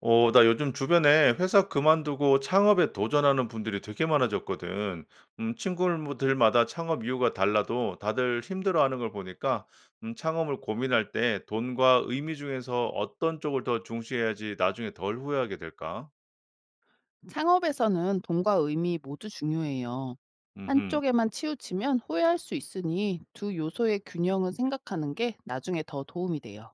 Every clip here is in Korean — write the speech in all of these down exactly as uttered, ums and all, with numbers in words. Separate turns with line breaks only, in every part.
어, 나 요즘 주변에 회사 그만두고 창업에 도전하는 분들이 되게 많아졌거든. 음, 친구들마다 창업 이유가 달라도 다들 힘들어하는 걸 보니까 음, 창업을 고민할 때 돈과 의미 중에서 어떤 쪽을 더 중시해야지 나중에 덜 후회하게 될까?
창업에서는 돈과 의미 모두 중요해요.
음흠.
한쪽에만 치우치면 후회할 수 있으니 두 요소의 균형을 생각하는 게 나중에 더 도움이 돼요.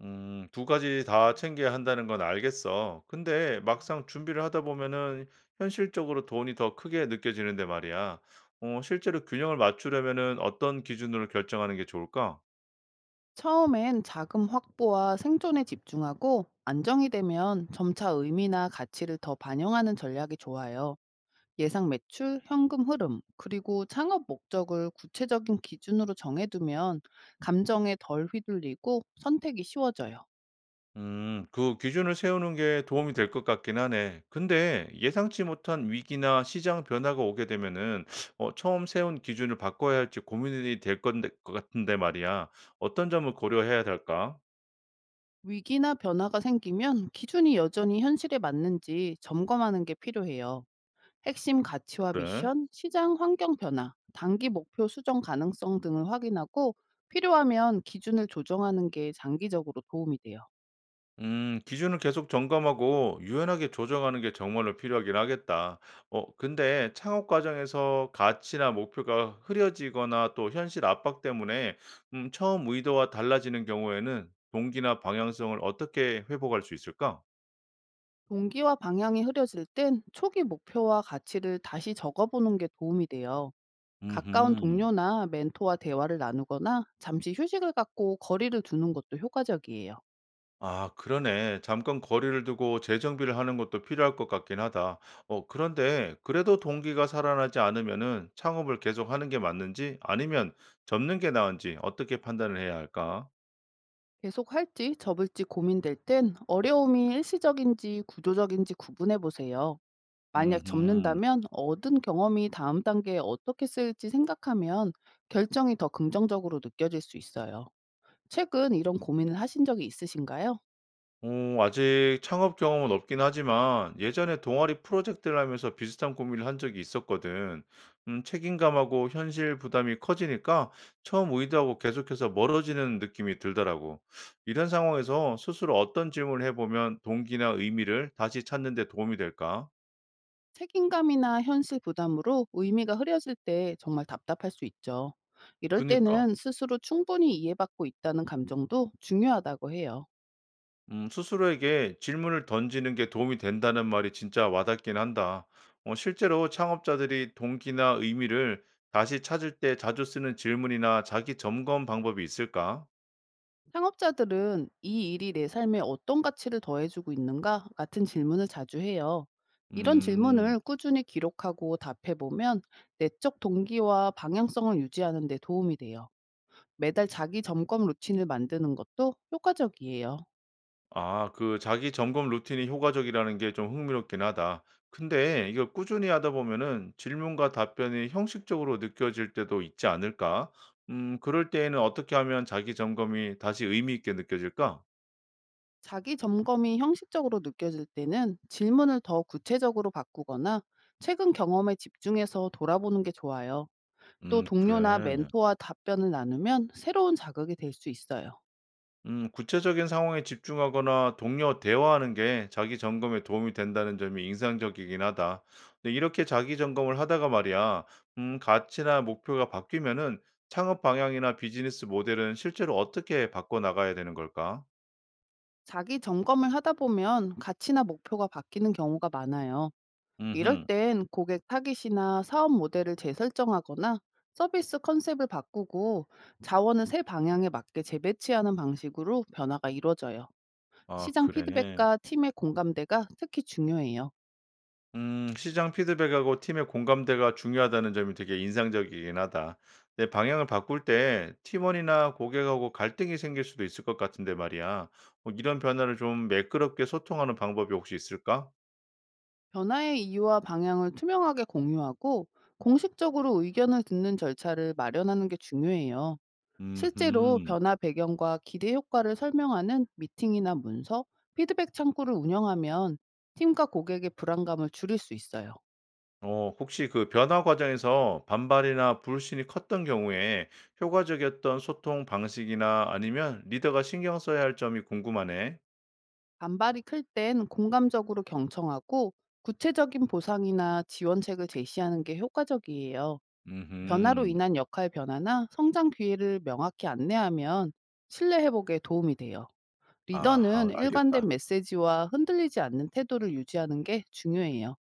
음, 두 가지 다 챙겨야 한다는 건 알겠어. 근데 막상 준비를 하다 보면은 현실적으로 돈이 더 크게 느껴지는데 말이야. 어, 실제로 균형을 맞추려면은 어떤 기준으로 결정하는 게 좋을까?
처음엔 자금 확보와 생존에 집중하고 안정이 되면 점차 의미나 가치를 더 반영하는 전략이 좋아요. 예상 매출, 현금 흐름, 그리고 창업 목적을 구체적인 기준으로 정해두면 감정에 덜 휘둘리고 선택이 쉬워져요.
음, 그 기준을 세우는 게 도움이 될 것 같긴 하네. 근데 예상치 못한 위기나 시장 변화가 오게 되면은 어, 처음 세운 기준을 바꿔야 할지 고민이 될 건데, 것 같은데 말이야. 어떤 점을 고려해야 될까?
위기나 변화가 생기면 기준이 여전히 현실에 맞는지 점검하는 게 필요해요. 핵심 가치와
그래.
미션, 시장 환경 변화, 단기 목표 수정 가능성 등을 확인하고 필요하면 기준을 조정하는 게 장기적으로 도움이 돼요.
음, 기준을 계속 점검하고 유연하게 조정하는 게 정말로 필요하긴 하겠다. 어, 근데 창업 과정에서 가치나 목표가 흐려지거나 또 현실 압박 때문에 음, 처음 의도와 달라지는 경우에는 동기나 방향성을 어떻게 회복할 수 있을까?
동기와 방향이 흐려질 땐 초기 목표와 가치를 다시 적어보는 게 도움이 돼요. 가까운
음
동료나 멘토와 대화를 나누거나 잠시 휴식을 갖고 거리를 두는 것도 효과적이에요.
아, 그러네. 잠깐 거리를 두고 재정비를 하는 것도 필요할 것 같긴 하다. 어, 그런데 그래도 동기가 살아나지 않으면은 창업을 계속 하는 게 맞는지 아니면 접는 게 나은지 어떻게 판단을 해야 할까?
계속 할지 접을지 고민될 땐 어려움이 일시적인지 구조적인지 구분해 보세요. 만약
음.
접는다면 얻은 경험이 다음 단계에 어떻게 쓰일지 생각하면 결정이 더 긍정적으로 느껴질 수 있어요. 최근 이런 고민을 하신 적이 있으신가요?
어 아직 창업 경험은 없긴 하지만 예전에 동아리 프로젝트를 하면서 비슷한 고민을 한 적이 있었거든. 음, 책임감하고 현실 부담이 커지니까 처음 의도하고 계속해서 멀어지는 느낌이 들더라고. 이런 상황에서 스스로 어떤 질문을 해보면 동기나 의미를 다시 찾는 데 도움이 될까?
책임감이나 현실 부담으로 의미가 흐려질 때 정말 답답할 수 있죠. 이럴
그니까.
때는 스스로 충분히 이해받고 있다는 감정도 중요하다고 해요.
음, 스스로에게 질문을 던지는 게 도움이 된다는 말이 진짜 와닿긴 한다. 어, 실제로 창업자들이 동기나 의미를 다시 찾을 때 자주 쓰는 질문이나 자기 점검 방법이 있을까?
창업자들은 "이 일이 내 삶에 어떤 가치를 더해주고 있는가?" 같은 질문을 자주 해요. 이런
음,
질문을 꾸준히 기록하고 답해보면 내적 동기와 방향성을 유지하는 데 도움이 돼요. 매달 자기 점검 루틴을 만드는 것도 효과적이에요.
아, 그 자기 점검 루틴이 효과적이라는 게 좀 흥미롭긴 하다. 근데 이거 꾸준히 하다 보면은 질문과 답변이 형식적으로 느껴질 때도 있지 않을까? 음, 그럴 때에는 어떻게 하면 자기 점검이 다시 의미 있게 느껴질까?
자기 점검이 형식적으로 느껴질 때는 질문을 더 구체적으로 바꾸거나 최근 경험에 집중해서 돌아보는 게 좋아요. 또
음,
동료나
그래.
멘토와 답변을 나누면 새로운 자극이 될 수 있어요.
음, 구체적인 상황에 집중하거나 동료 대화하는 게 자기 점검에 도움이 된다는 점이 인상적이긴 하다. 근데 이렇게 자기 점검을 하다가 말이야, 음, 가치나 목표가 바뀌면은 창업 방향이나 비즈니스 모델은 실제로 어떻게 바꿔 나가야 되는 걸까?
자기 점검을 하다 보면 가치나 목표가 바뀌는 경우가 많아요. 이럴
음,
땐 고객 타깃이나 사업 모델을 재설정하거나 서비스 컨셉을 바꾸고 자원을 새 방향에 맞게 재배치하는 방식으로 변화가 이루어져요.
아,
시장
그래.
피드백과 팀의 공감대가 특히 중요해요.
음, 시장 피드백하고 팀의 공감대가 중요하다는 점이 되게 인상적이긴 하다. 내 방향을 바꿀 때 팀원이나 고객하고 갈등이 생길 수도 있을 것 같은데 말이야. 뭐 이런 변화를 좀 매끄럽게 소통하는 방법이 혹시 있을까?
변화의 이유와 방향을 투명하게 공유하고 공식적으로 의견을 듣는 절차를 마련하는 게 중요해요. 실제로
음,
변화 배경과 기대 효과를 설명하는 미팅이나 문서, 피드백 창구를 운영하면 팀과 고객의 불안감을 줄일 수 있어요.
어, 혹시 그 변화 과정에서 반발이나 불신이 컸던 경우에 효과적이었던 소통 방식이나 아니면 리더가 신경 써야 할 점이 궁금하네.
반발이 클 땐 공감적으로 경청하고 구체적인 보상이나 지원책을 제시하는 게 효과적이에요. 변화로
음,
인한 역할 변화나 성장 기회를 명확히 안내하면 신뢰 회복에 도움이 돼요.
아하,
리더는
알겠다.
일관된 메시지와 흔들리지 않는 태도를 유지하는 게 중요해요.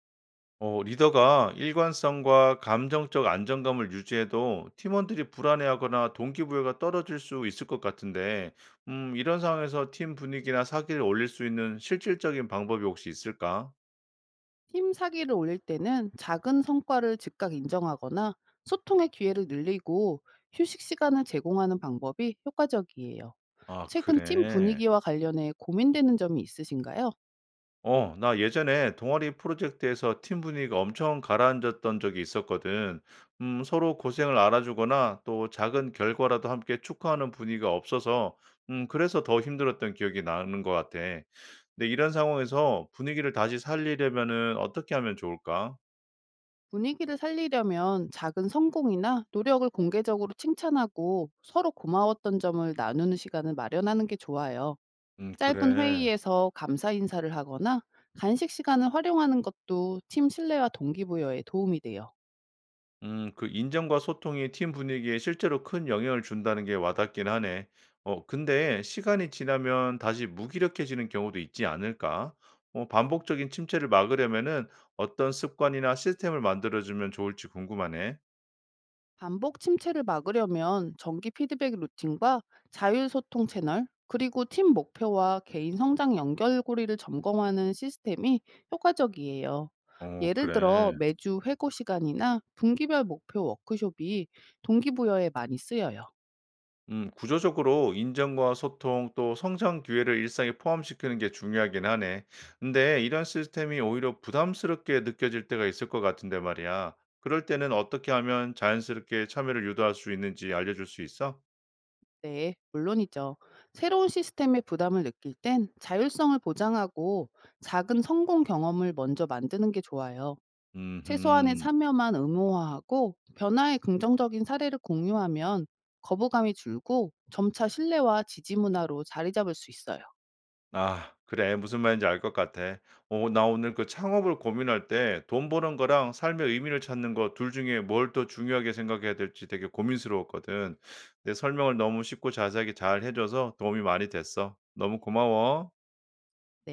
어, 리더가 일관성과 감정적 안정감을 유지해도 팀원들이 불안해하거나 동기부여가 떨어질 수 있을 것 같은데, 음, 이런 상황에서 팀 분위기나 사기를 올릴 수 있는 실질적인 방법이 혹시 있을까?
팀 사기를 올릴 때는 작은 성과를 즉각 인정하거나 소통의 기회를 늘리고 휴식 시간을 제공하는 방법이 효과적이에요.
아,
최근 팀
그래.
분위기와 관련해 고민되는 점이 있으신가요?
어, 나 예전에 동아리 프로젝트에서 팀 분위기가 엄청 가라앉았던 적이 있었거든. 음, 서로 고생을 알아주거나 또 작은 결과라도 함께 축하하는 분위기가 없어서, 음, 그래서 더 힘들었던 기억이 나는 것 같아. 근데 이런 상황에서 분위기를 다시 살리려면은 어떻게 하면 좋을까?
분위기를 살리려면 작은 성공이나 노력을 공개적으로 칭찬하고 서로 고마웠던 점을 나누는 시간을 마련하는 게 좋아요.
음,
짧은
그래.
회의에서 감사 인사를 하거나 간식 시간을 활용하는 것도 팀 신뢰와 동기부여에 도움이 돼요.
음, 그 인정과 소통이 팀 분위기에 실제로 큰 영향을 준다는 게 와닿긴 하네. 어, 근데 시간이 지나면 다시 무기력해지는 경우도 있지 않을까? 어, 반복적인 침체를 막으려면은 어떤 습관이나 시스템을 만들어주면 좋을지 궁금하네.
반복 침체를 막으려면 정기 피드백 루틴과 자율소통 채널, 그리고 팀 목표와 개인 성장 연결고리를 점검하는 시스템이 효과적이에요.
어,
예를 들어
그래.
매주 회고 시간이나 분기별 목표 워크숍이 동기부여에 많이 쓰여요.
음, 구조적으로 인정과 소통 또 성장 기회를 일상에 포함시키는 게 중요하긴 하네. 근데 이런 시스템이 오히려 부담스럽게 느껴질 때가 있을 것 같은데 말이야. 그럴 때는 어떻게 하면 자연스럽게 참여를 유도할 수 있는지 알려줄 수 있어?
네, 물론이죠. 새로운 시스템의 부담을 느낄 땐 자율성을 보장하고 작은 성공 경험을 먼저 만드는 게 좋아요. 최소한의
음
참여만 의무화하고 변화의 긍정적인 사례를 공유하면 거부감이 줄고 점차 신뢰와 지지 문화로 자리 잡을 수 있어요. 네.
아 그래. 무슨 말인지 알 것 같아. 어 나 오늘 그 창업을 고민할 때 돈 버는 거랑 삶의 의미를 찾는 거 둘 중에 뭘 더 중요하게 생각해야 될지 되게 고민스러웠거든. 내 설명을 너무 쉽고 자세하게 잘 해 줘서 도움이 많이 됐어. 너무 고마워.